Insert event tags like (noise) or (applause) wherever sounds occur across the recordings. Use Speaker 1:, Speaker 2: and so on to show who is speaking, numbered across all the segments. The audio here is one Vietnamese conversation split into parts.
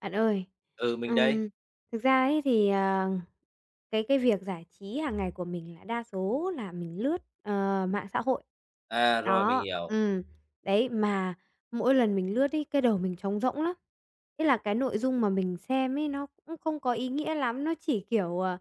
Speaker 1: Bạn ơi,
Speaker 2: Ừ, mình đấy.
Speaker 1: ừm, thực ra ấy thì, cái việc giải trí hàng ngày của mình là đa số là mình lướt, mạng xã hội.
Speaker 2: À, rồi mình
Speaker 1: Đó,
Speaker 2: hiểu.
Speaker 1: đấy, mà mỗi lần mình lướt ấy, cái đầu mình trống rỗng lắm. Ý là cái nội dung mà mình xem ấy nó cũng không có ý nghĩa lắm, nó chỉ kiểu, ờ,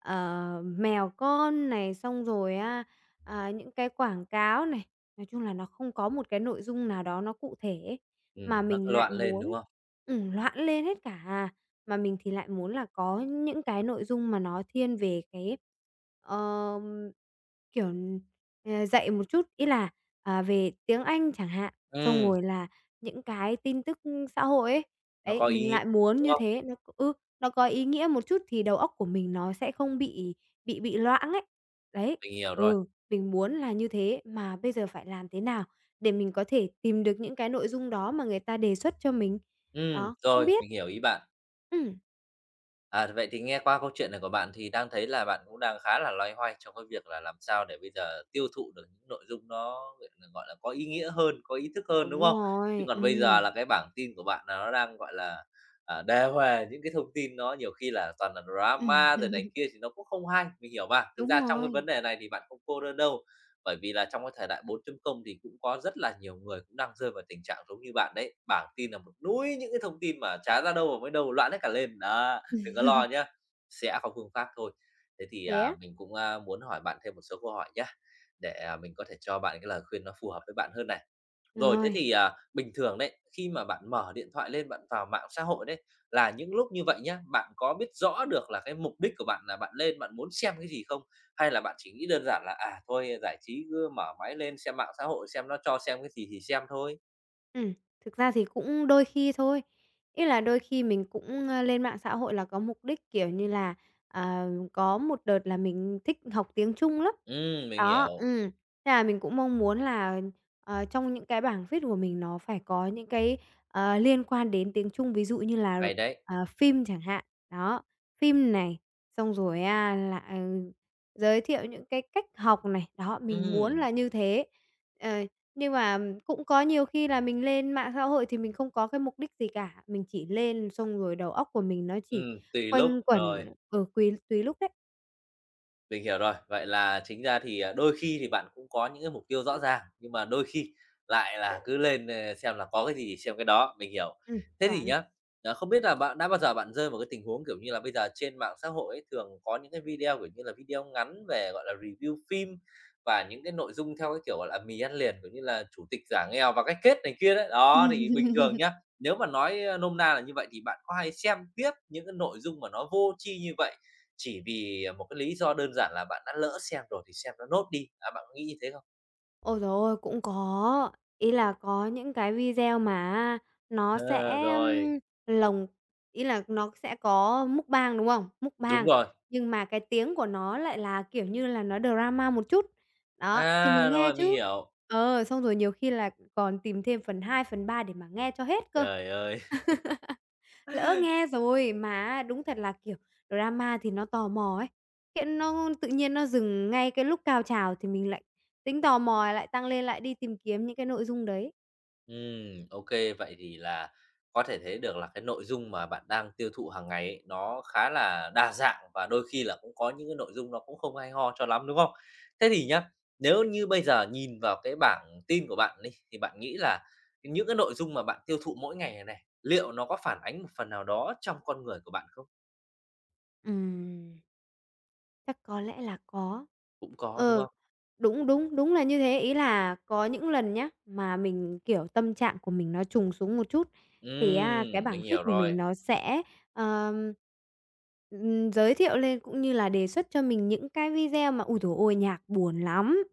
Speaker 1: ờ, mèo con này, xong rồi á, à, những cái quảng cáo này. Nói chung là nó không có một cái nội dung nào đó nó cụ thể ấy, mà
Speaker 2: Nó cứ
Speaker 1: mình lại
Speaker 2: loạn lên, đúng
Speaker 1: muốn
Speaker 2: không?
Speaker 1: loạn lên hết cả à. Mà mình thì lại muốn là có những cái nội dung mà nó thiên về cái, kiểu, dạy một chút, ý là, à, về tiếng Anh chẳng hạn, xong
Speaker 2: Ừ,
Speaker 1: rồi là những cái tin tức xã hội ấy.
Speaker 2: nó
Speaker 1: Đấy,
Speaker 2: có ý
Speaker 1: mình
Speaker 2: nghĩa,
Speaker 1: lại muốn
Speaker 2: đúng
Speaker 1: như
Speaker 2: không?
Speaker 1: thế, nó nó có ý nghĩa một chút thì đầu óc của mình nó sẽ không bị bị loãng ấy. Đấy,
Speaker 2: Mình hiểu rồi.
Speaker 1: ừ, mình muốn là như thế, mà bây giờ phải làm thế nào để mình có thể tìm được những cái nội dung đó mà người ta đề xuất cho mình? Đó, không
Speaker 2: Rồi,
Speaker 1: biết.
Speaker 2: mình hiểu ý bạn.
Speaker 1: Ừm,
Speaker 2: À, vậy thì nghe qua câu chuyện này của bạn thì đang thấy là bạn cũng đang khá là loay hoay trong cái việc là làm sao để bây giờ tiêu thụ được những nội dung nó, gọi là, có ý nghĩa hơn, có ý thức hơn, đúng
Speaker 1: đúng
Speaker 2: không? Chứ
Speaker 1: rồi,
Speaker 2: còn bây giờ là cái bảng tin của bạn là nó đang, gọi là, à, đề huề những cái thông tin nó nhiều khi là toàn là drama
Speaker 1: ừm,
Speaker 2: rồi này kia thì nó cũng không hay, mình hiểu mà. Thực
Speaker 1: đúng
Speaker 2: ra trong cái vấn
Speaker 1: rồi.
Speaker 2: đề này thì bạn không cô đơn đâu, bởi vì là trong cái thời đại bốn chấm 0 thì cũng có rất là nhiều người cũng đang rơi vào tình trạng giống như bạn đấy. Bảng tin là một núi những cái thông tin mà chả ra đâu vào mới đâu, loạn hết cả lên, đó. Đừng có lo nhá,
Speaker 1: (laughs)
Speaker 2: sẽ có phương pháp thôi. Thế thì,
Speaker 1: Thế á?
Speaker 2: à, mình cũng, muốn hỏi bạn thêm một số câu hỏi nhá, để, à, mình có thể cho bạn cái lời khuyên nó phù hợp với bạn hơn này. Rồi, thế
Speaker 1: Rồi.
Speaker 2: thì, à, bình thường đấy, khi mà bạn mở điện thoại lên, bạn vào mạng xã hội đấy, là những lúc như vậy nhá, bạn có biết rõ được là cái mục đích của bạn là bạn lên bạn muốn xem cái gì không? Hay là bạn chỉ nghĩ đơn giản là, à, thôi giải trí cứ mở máy lên xem mạng xã hội xem nó cho xem cái gì thì xem thôi?
Speaker 1: Ừm, thực ra thì cũng đôi khi thôi. Ý là đôi khi mình cũng, lên mạng xã hội là có mục đích, kiểu như là, có một đợt là mình thích học tiếng Trung lắm.
Speaker 2: Ừ mình
Speaker 1: Đó,
Speaker 2: hiểu,
Speaker 1: thế là mình cũng mong muốn là, trong những cái bảng viết của mình nó phải có những cái, liên quan đến tiếng Trung, ví dụ như là,
Speaker 2: hay đấy.
Speaker 1: phim chẳng hạn. Đó, phim này, xong rồi á là giới thiệu những cái cách học này, đó, mình
Speaker 2: Ừ,
Speaker 1: muốn là như thế. Ờ. Nhưng mà cũng có nhiều khi là mình lên mạng xã hội thì mình không có cái mục đích gì cả, mình chỉ lên xong rồi đầu óc của mình nó chỉ
Speaker 2: tùy lúc,
Speaker 1: quanh quẩn
Speaker 2: rồi.
Speaker 1: ở quý tùy lúc đấy.
Speaker 2: Mình hiểu rồi. Vậy là chính ra thì, à, đôi khi thì bạn cũng có những cái mục tiêu rõ ràng, nhưng mà đôi khi lại là cứ lên, ơ, xem là có cái gì thì xem cái đó, mình hiểu.
Speaker 1: Ừm,
Speaker 2: Thế thì
Speaker 1: chuẩn.
Speaker 2: nhá, ờ, không biết là bạn đã bao giờ bạn rơi vào cái tình huống, kiểu như là, bây giờ trên mạng xã hội ấy thường có những cái video, kiểu như là, video ngắn về, gọi là, review phim và những cái nội dung theo cái kiểu, gọi là, mì ăn liền, kiểu như là, chủ tịch giả nghèo và cách kết này kia đấy. Đó, thì bình thường
Speaker 1: (laughs)
Speaker 2: nhá, nếu mà nói, ơ, nôm na là như vậy thì bạn có hay xem tiếp những cái nội dung mà nó vô tri như vậy chỉ vì, à, một cái lý do đơn giản là bạn đã lỡ xem rồi thì xem nó nốt đi, à, bạn có nghĩ như thế không?
Speaker 1: Ôi trời ơi, cũng có. Ý là có những cái video mà nó
Speaker 2: Ờ,
Speaker 1: sẽ,
Speaker 2: rồi,
Speaker 1: lồng ý là nó sẽ có mukbang, đúng không?
Speaker 2: đúng
Speaker 1: Mukbang,
Speaker 2: rồi.
Speaker 1: nhưng mà cái tiếng của nó lại là, kiểu như là, nó drama một chút. Đó, thì mình
Speaker 2: À,
Speaker 1: nghe
Speaker 2: rồi, mình
Speaker 1: chứ.
Speaker 2: hiểu.
Speaker 1: Ờ, xong rồi nhiều khi là còn tìm thêm phần 2, phần 3 để mà nghe cho hết cơ.
Speaker 2: Trời ơi! (laughs)
Speaker 1: Lỡ nghe rồi, mà đúng thật là, kiểu, drama thì nó tò mò ấy, hiện nó tự nhiên nó dừng ngay cái lúc cao trào thì mình lại tính tò mò lại tăng lên, lại đi tìm kiếm những cái nội dung đấy.
Speaker 2: Ô vậy thì là có thể thấy được là cái nội dung mà bạn đang tiêu thụ hàng ngày ấy, nó khá là đa dạng và đôi khi là cũng có những cái nội dung nó cũng không hay ho cho lắm, đúng không? Thế thì nhá, nếu như bây giờ nhìn vào cái bảng tin của bạn đi, thì bạn nghĩ là những cái nội dung mà bạn tiêu thụ mỗi ngày này này, liệu nó có phản ánh một phần nào đó trong con người của bạn không?
Speaker 1: Ừm. Chắc có lẽ là có.
Speaker 2: Cũng có, đúng
Speaker 1: Ờ,
Speaker 2: không?
Speaker 1: đúng, đúng, đúng là như thế. Ý là có những lần nhá, mà mình, kiểu, tâm trạng của mình nó trùng xuống một chút, thì á cái bảng
Speaker 2: Mình
Speaker 1: feed
Speaker 2: hiểu
Speaker 1: của
Speaker 2: rồi,
Speaker 1: mình nó sẽ, ờm, giới thiệu lên cũng như là đề xuất cho mình những cái video mà, ôi trời ơi, nhạc buồn lắm,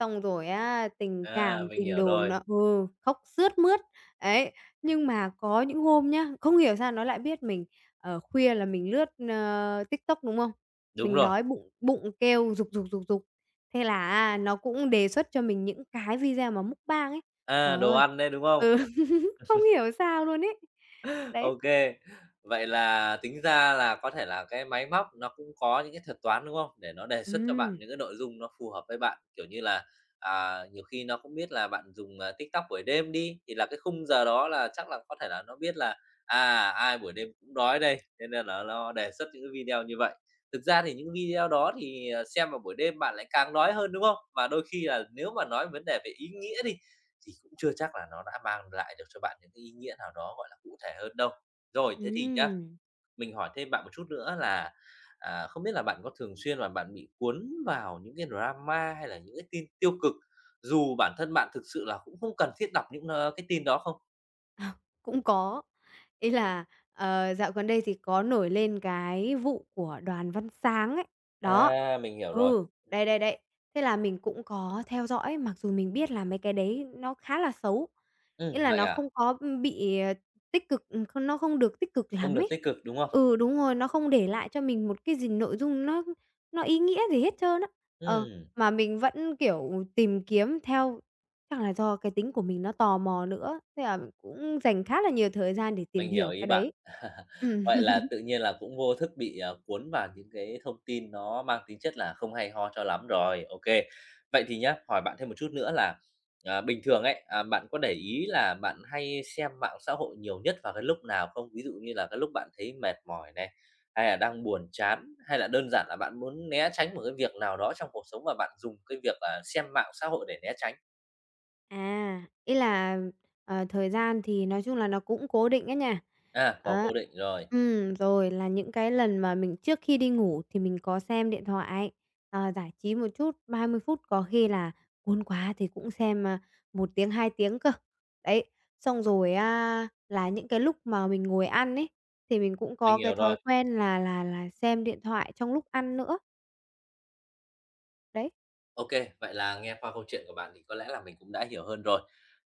Speaker 1: xong rồi á tình
Speaker 2: à,
Speaker 1: cảm,
Speaker 2: mình
Speaker 1: tình
Speaker 2: hiểu
Speaker 1: đồ
Speaker 2: rồi,
Speaker 1: nó khóc sướt mướt. Ấy, nhưng mà có những hôm nhá, không hiểu sao nó lại biết mình, khuya là mình lướt, TikTok, đúng không?
Speaker 2: đúng
Speaker 1: Mình
Speaker 2: rồi,
Speaker 1: đói bụng bụng kêu "rục, rục, rục, rục." Thế là á nó cũng đề xuất cho mình những cái video mà mukbang ấy.
Speaker 2: à,
Speaker 1: Trời
Speaker 2: đồ
Speaker 1: ơi!
Speaker 2: ăn đấy, đúng không?
Speaker 1: Ừ, (laughs) không hiểu sao luôn ấy. Đấy.
Speaker 2: OK. Vậy là tính ra là có thể là cái máy móc nó cũng có những cái thuật toán, đúng không? Để nó đề xuất cho bạn
Speaker 1: Ừm,
Speaker 2: những cái nội dung nó phù hợp với bạn, kiểu như là, à, nhiều khi nó cũng biết là bạn dùng, à, TikTok buổi đêm đi, thì là cái khung giờ đó là chắc là có thể là nó biết là, à, ai buổi đêm cũng đói đây, thế nên là nó đề xuất những cái video như vậy. Thực ra thì những video đó thì, ờ, xem vào buổi đêm bạn lại càng đói hơn, đúng không? Và đôi khi là nếu mà nói vấn đề về ý nghĩa đi, thì cũng chưa chắc là nó đã mang lại được cho bạn những cái ý nghĩa nào đó, gọi là, cụ thể hơn đâu. Rồi, thế thì nhá,
Speaker 1: ừm,
Speaker 2: mình hỏi thêm bạn một chút nữa là, à, không biết là bạn có thường xuyên mà bạn bị cuốn vào những cái drama hay là những cái tin tiêu cực, dù bản thân bạn thực sự là cũng không cần thiết đọc những, ơ, cái tin đó không?
Speaker 1: cũng có. Ý là, dạo gần đây thì có nổi lên cái vụ của Đoàn Văn Sáng ấy. Đó.
Speaker 2: À, mình hiểu rồi.
Speaker 1: Ừ, đây đây đây. Thế là mình cũng có theo dõi, mặc dù mình biết là mấy cái đấy nó khá là xấu. Nghĩa
Speaker 2: Ừ
Speaker 1: là
Speaker 2: vậy
Speaker 1: nó
Speaker 2: à?
Speaker 1: không có, bị, tích cực, không nó không được tích cực
Speaker 2: Không
Speaker 1: lắm
Speaker 2: được
Speaker 1: ấy.
Speaker 2: tích cực, đúng không?
Speaker 1: Ừ, đúng rồi, nó không để lại cho mình một cái gì nội dung nó ý nghĩa gì hết trơn á. Ờ,
Speaker 2: Ừ.
Speaker 1: mà mình vẫn, kiểu, tìm kiếm theo chắc là do cái tính của mình nó tò mò nữa, thế là cũng dành khá là nhiều thời gian để tìm
Speaker 2: Mình hiểu
Speaker 1: hiểu
Speaker 2: ý
Speaker 1: cái
Speaker 2: bạn.
Speaker 1: đấy.
Speaker 2: (laughs)
Speaker 1: Ừm.
Speaker 2: Vậy là tự nhiên là cũng vô thức bị, ờ, cuốn vào những cái thông tin nó mang tính chất là không hay ho cho lắm rồi, ok. Vậy thì nhá, hỏi bạn thêm một chút nữa là, à, bình thường ấy, à, bạn có để ý là bạn hay xem mạng xã hội nhiều nhất vào cái lúc nào không? Ví dụ như là cái lúc bạn thấy mệt mỏi này, hay là đang buồn chán, hay là đơn giản là bạn muốn né tránh một cái việc nào đó trong cuộc sống và bạn dùng cái việc, à, xem mạng xã hội để né tránh?
Speaker 1: À, ý là, thời gian thì nói chung là nó cũng cố định ấy nha.
Speaker 2: À, có
Speaker 1: Đó.
Speaker 2: cố định rồi,
Speaker 1: Rồi là những cái lần mà mình trước khi đi ngủ thì mình có xem điện thoại, giải trí một chút, 30 phút, có khi là cuốn quá thì cũng xem, 1 tiếng, 2 tiếng cơ. Đấy, xong rồi á là những cái lúc mà mình ngồi ăn ấy, thì mình cũng
Speaker 2: mình
Speaker 1: có cái
Speaker 2: hiểu
Speaker 1: thói
Speaker 2: rồi.
Speaker 1: quen là xem điện thoại trong lúc ăn nữa. Đấy,
Speaker 2: OK, vậy là nghe qua câu chuyện của bạn thì có lẽ là mình cũng đã hiểu hơn rồi.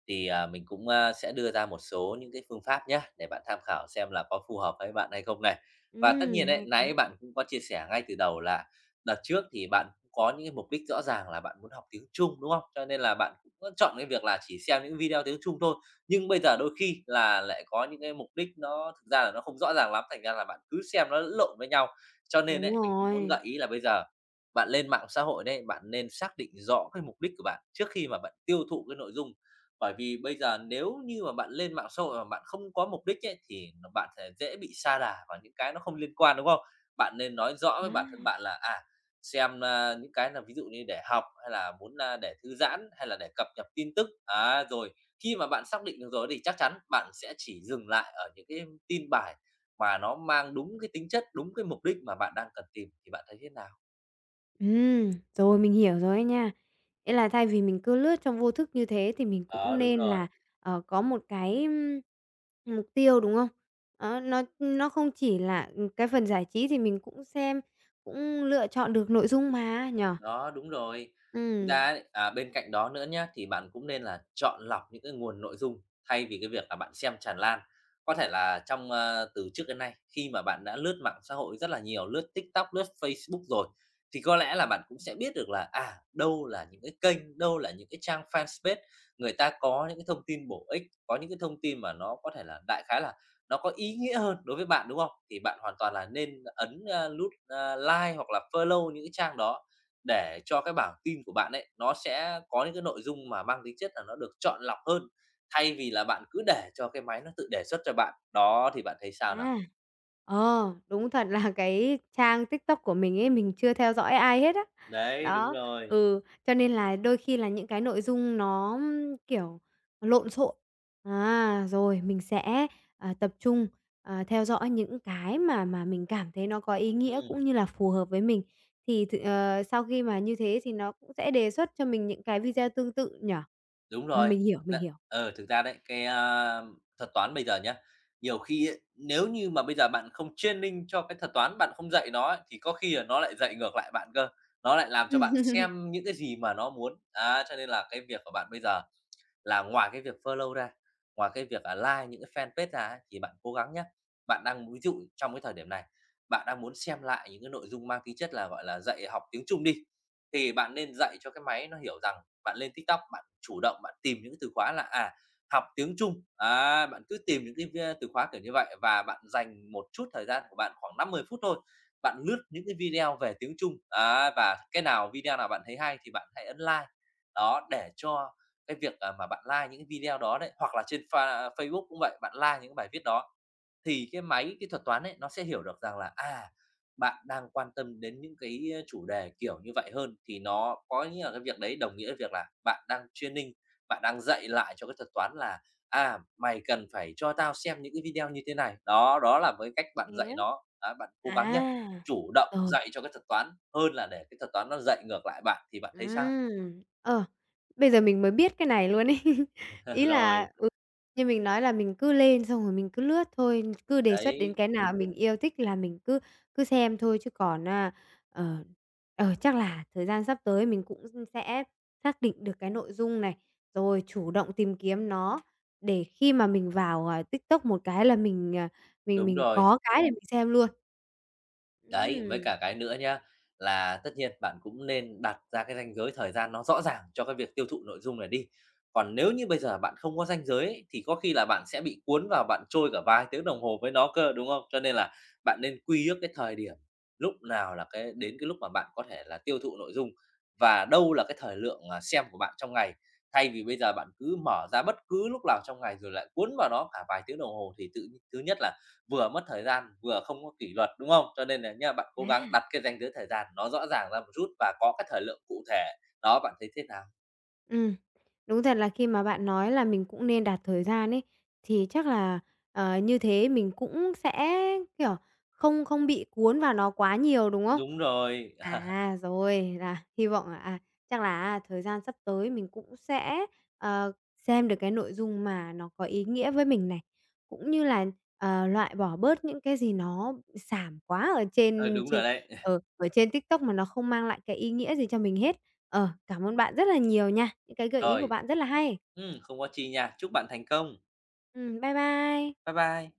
Speaker 2: Thì, à, mình cũng, sẽ đưa ra một số những cái phương pháp nhé để bạn tham khảo xem là có phù hợp với bạn hay không này. Và tất nhiên đấy,
Speaker 1: hay
Speaker 2: nãy
Speaker 1: quá.
Speaker 2: bạn cũng có chia sẻ ngay từ đầu là đợt trước thì bạn cũng có những cái mục đích rõ ràng là bạn muốn học tiếng Trung, đúng không? Cho nên là bạn cũng có chọn cái việc là chỉ xem những video tiếng Trung thôi. Nhưng bây giờ đôi khi là lại có những cái mục đích nó thực ra là nó không rõ ràng lắm, thành ra là bạn cứ xem nó lẫn lộn với nhau. Cho nên
Speaker 1: Đúng
Speaker 2: ấy, mình cũng muốn
Speaker 1: rồi.
Speaker 2: gợi ý là bây giờ bạn lên mạng xã hội đấy, bạn nên xác định rõ cái mục đích của bạn trước khi mà bạn tiêu thụ cái nội dung. Bởi vì bây giờ nếu như mà bạn lên mạng xã hội mà bạn không có mục đích ấy, thì bạn sẽ dễ bị sa đà vào những cái nó không liên quan, đúng không? Bạn nên nói rõ với bản thân bạn là à xem à, những cái là ví dụ như để học hay là muốn à, để thư giãn hay là để cập nhật tin tức à, rồi khi mà bạn xác định được rồi thì chắc chắn bạn sẽ chỉ dừng lại ở những cái tin bài mà nó mang đúng cái tính chất đúng cái mục đích mà bạn đang cần tìm thì bạn thấy thế nào.
Speaker 1: Rồi mình hiểu rồi ấy nha. Nghĩa là thay vì mình cứ lướt trong vô thức như thế thì mình
Speaker 2: Đó,
Speaker 1: cũng
Speaker 2: đúng
Speaker 1: nên là,
Speaker 2: rồi.
Speaker 1: có một cái, mục tiêu, đúng không? Đó, nó không chỉ là, cái phần giải trí thì mình cũng xem, cũng lựa chọn được nội dung mà, nhở.
Speaker 2: Đó, đúng rồi. Thực
Speaker 1: Ừm.
Speaker 2: ra ấy, à, bên cạnh đó nữa nhá, thì bạn cũng nên là chọn lọc những cái nguồn nội dung thay vì cái việc là bạn xem tràn lan. Có thể là trong, ơ, từ trước đến nay, khi mà bạn đã lướt mạng xã hội rất là nhiều, lướt TikTok, lướt Facebook rồi, thì có lẽ là bạn cũng sẽ biết được là, à, đâu là những cái kênh, đâu là những cái trang Fanpage người ta có những cái thông tin bổ ích, có những cái thông tin mà nó có thể là đại khái là nó có ý nghĩa hơn đối với bạn, đúng không? Thì bạn hoàn toàn là nên ấn, nút, like hoặc là follow những cái trang đó để cho cái bảng tin của bạn ấy nó sẽ có những cái nội dung mà mang tính chất là nó được chọn lọc hơn, thay vì là bạn cứ để cho cái máy nó tự đề xuất cho bạn. Đó, thì bạn thấy sao nào?
Speaker 1: À. Ờ, đúng thật là cái trang TikTok của mình ấy, mình chưa theo dõi ai hết á.
Speaker 2: Đấy, đúng
Speaker 1: Đó,
Speaker 2: rồi.
Speaker 1: ừ, cho nên là đôi khi là những cái nội dung nó, kiểu, lộn xộn. À, rồi mình sẽ, tập trung, theo dõi những cái mà mình cảm thấy nó có ý nghĩa
Speaker 2: Ừm,
Speaker 1: cũng như là phù hợp với mình. Sau khi mà như thế thì nó cũng sẽ đề xuất cho mình những cái video tương tự nhở.
Speaker 2: đúng rồi.
Speaker 1: Mình hiểu, mình hiểu.
Speaker 2: Thực ra đấy, cái, thuật toán bây giờ nhá, nhiều khi ấy, nếu như mà bây giờ bạn không training cho cái thuật toán, bạn không dạy nó ấy, thì có khi là nó lại dạy ngược lại bạn cơ, nó lại làm cho bạn
Speaker 1: (laughs)
Speaker 2: xem những cái gì mà nó muốn. Á, cho nên là cái việc của bạn bây giờ là ngoài cái việc follow ra, ngoài cái việc là like những cái fanpage ra ấy, thì bạn cố gắng nhé. Bạn đang ví dụ trong cái thời điểm này, bạn đang muốn xem lại những cái nội dung mang tính chất là, gọi là, dạy học tiếng Trung đi, thì bạn nên dạy cho cái máy nó hiểu rằng bạn lên TikTok, bạn chủ động bạn tìm những cái từ khóa là, à, học tiếng Trung, á, bạn cứ tìm những cái v từ khóa kiểu như vậy và bạn dành một chút thời gian của bạn khoảng 50 phút thôi, bạn lướt những cái video về tiếng Trung, á, và cái nào video nào bạn thấy hay thì bạn hãy ấn like. Đó, để cho cái việc, à, mà bạn like những cái video đó đấy, hoặc là trên Facebook cũng vậy, bạn like những cái bài viết đó, thì cái máy, cái thuật toán ấy, nó sẽ hiểu được rằng là, à, bạn đang quan tâm đến những cái chủ đề kiểu như vậy hơn, thì nó có nghĩa là cái việc đấy đồng nghĩa với việc là bạn đang training, bạn đang dạy lại cho cái thuật toán là, à, "Mày cần phải cho tao xem những cái video như thế này." Đó, đó là với cách bạn
Speaker 1: Thế
Speaker 2: dạy
Speaker 1: á?
Speaker 2: nó. Đó, bạn cố gắng nhé
Speaker 1: À.
Speaker 2: chủ động
Speaker 1: Rồi.
Speaker 2: dạy cho cái thuật toán hơn là để cái thuật toán nó dạy ngược lại bạn, thì bạn thấy sao?
Speaker 1: Ừm, ờ, bây giờ mình mới biết cái này luôn ấy. (laughs)
Speaker 2: (laughs)
Speaker 1: Ý
Speaker 2: Rồi,
Speaker 1: là như mình nói là mình cứ lên xong rồi mình cứ lướt thôi, cứ đề xuất đến
Speaker 2: đấy,
Speaker 1: cái nào mình yêu thích là mình cứ cứ xem thôi chứ còn, ờ, chắc là thời gian sắp tới mình cũng sẽ xác định được cái nội dung này, rồi chủ động tìm kiếm nó để khi mà mình vào, TikTok một cái là mình, mình
Speaker 2: đúng
Speaker 1: mình
Speaker 2: rồi.
Speaker 1: có cái để mình xem luôn.
Speaker 2: Đấy, với
Speaker 1: Ừm.
Speaker 2: cả cái nữa nhá, là tất nhiên bạn cũng nên đặt ra cái ranh giới thời gian nó rõ ràng cho cái việc tiêu thụ nội dung này đi. Còn nếu như bây giờ bạn không có ranh giới ấy, thì có khi là bạn sẽ bị cuốn vào bạn trôi cả vài tiếng đồng hồ với nó cơ, đúng không? Cho nên là bạn nên quy ước cái thời điểm lúc nào là cái đến cái lúc mà bạn có thể là tiêu thụ nội dung và đâu là cái thời lượng, à, xem của bạn trong ngày. Thay vì bây giờ bạn cứ mở ra bất cứ lúc nào trong ngày rồi lại cuốn vào nó cả vài tiếng đồng hồ thì tự thứ nhất là vừa mất thời gian, vừa không có kỷ luật, đúng không? Cho nên là nhá, bạn cố gắng
Speaker 1: À.
Speaker 2: đặt cái ranh giới thời gian nó rõ ràng ra một chút và có cái thời lượng cụ thể, đó, bạn thấy thế nào?
Speaker 1: Ừm, đúng thật là khi mà bạn nói là mình cũng nên đặt thời gian ấy, thì chắc là, như thế mình cũng sẽ, kiểu, không không bị cuốn vào nó quá nhiều, đúng không?
Speaker 2: Đúng rồi, (laughs)
Speaker 1: À, rồi, là hy vọng là, chắc là á thời gian sắp tới mình cũng sẽ, xem được cái nội dung mà nó có ý nghĩa với mình này, cũng như là, loại bỏ bớt những cái gì nó xàm quá ở
Speaker 2: ờ,
Speaker 1: trên
Speaker 2: đúng rồi
Speaker 1: trên
Speaker 2: đấy.
Speaker 1: ờ,
Speaker 2: (laughs)
Speaker 1: ở trên TikTok mà nó không mang lại cái ý nghĩa gì cho mình hết. Ờ, cảm ơn bạn rất là nhiều nha, những cái gợi ý của
Speaker 2: Rồi,
Speaker 1: bạn rất là hay.
Speaker 2: không có chi nha, chúc bạn thành công.
Speaker 1: Bye bye.
Speaker 2: Bye bye.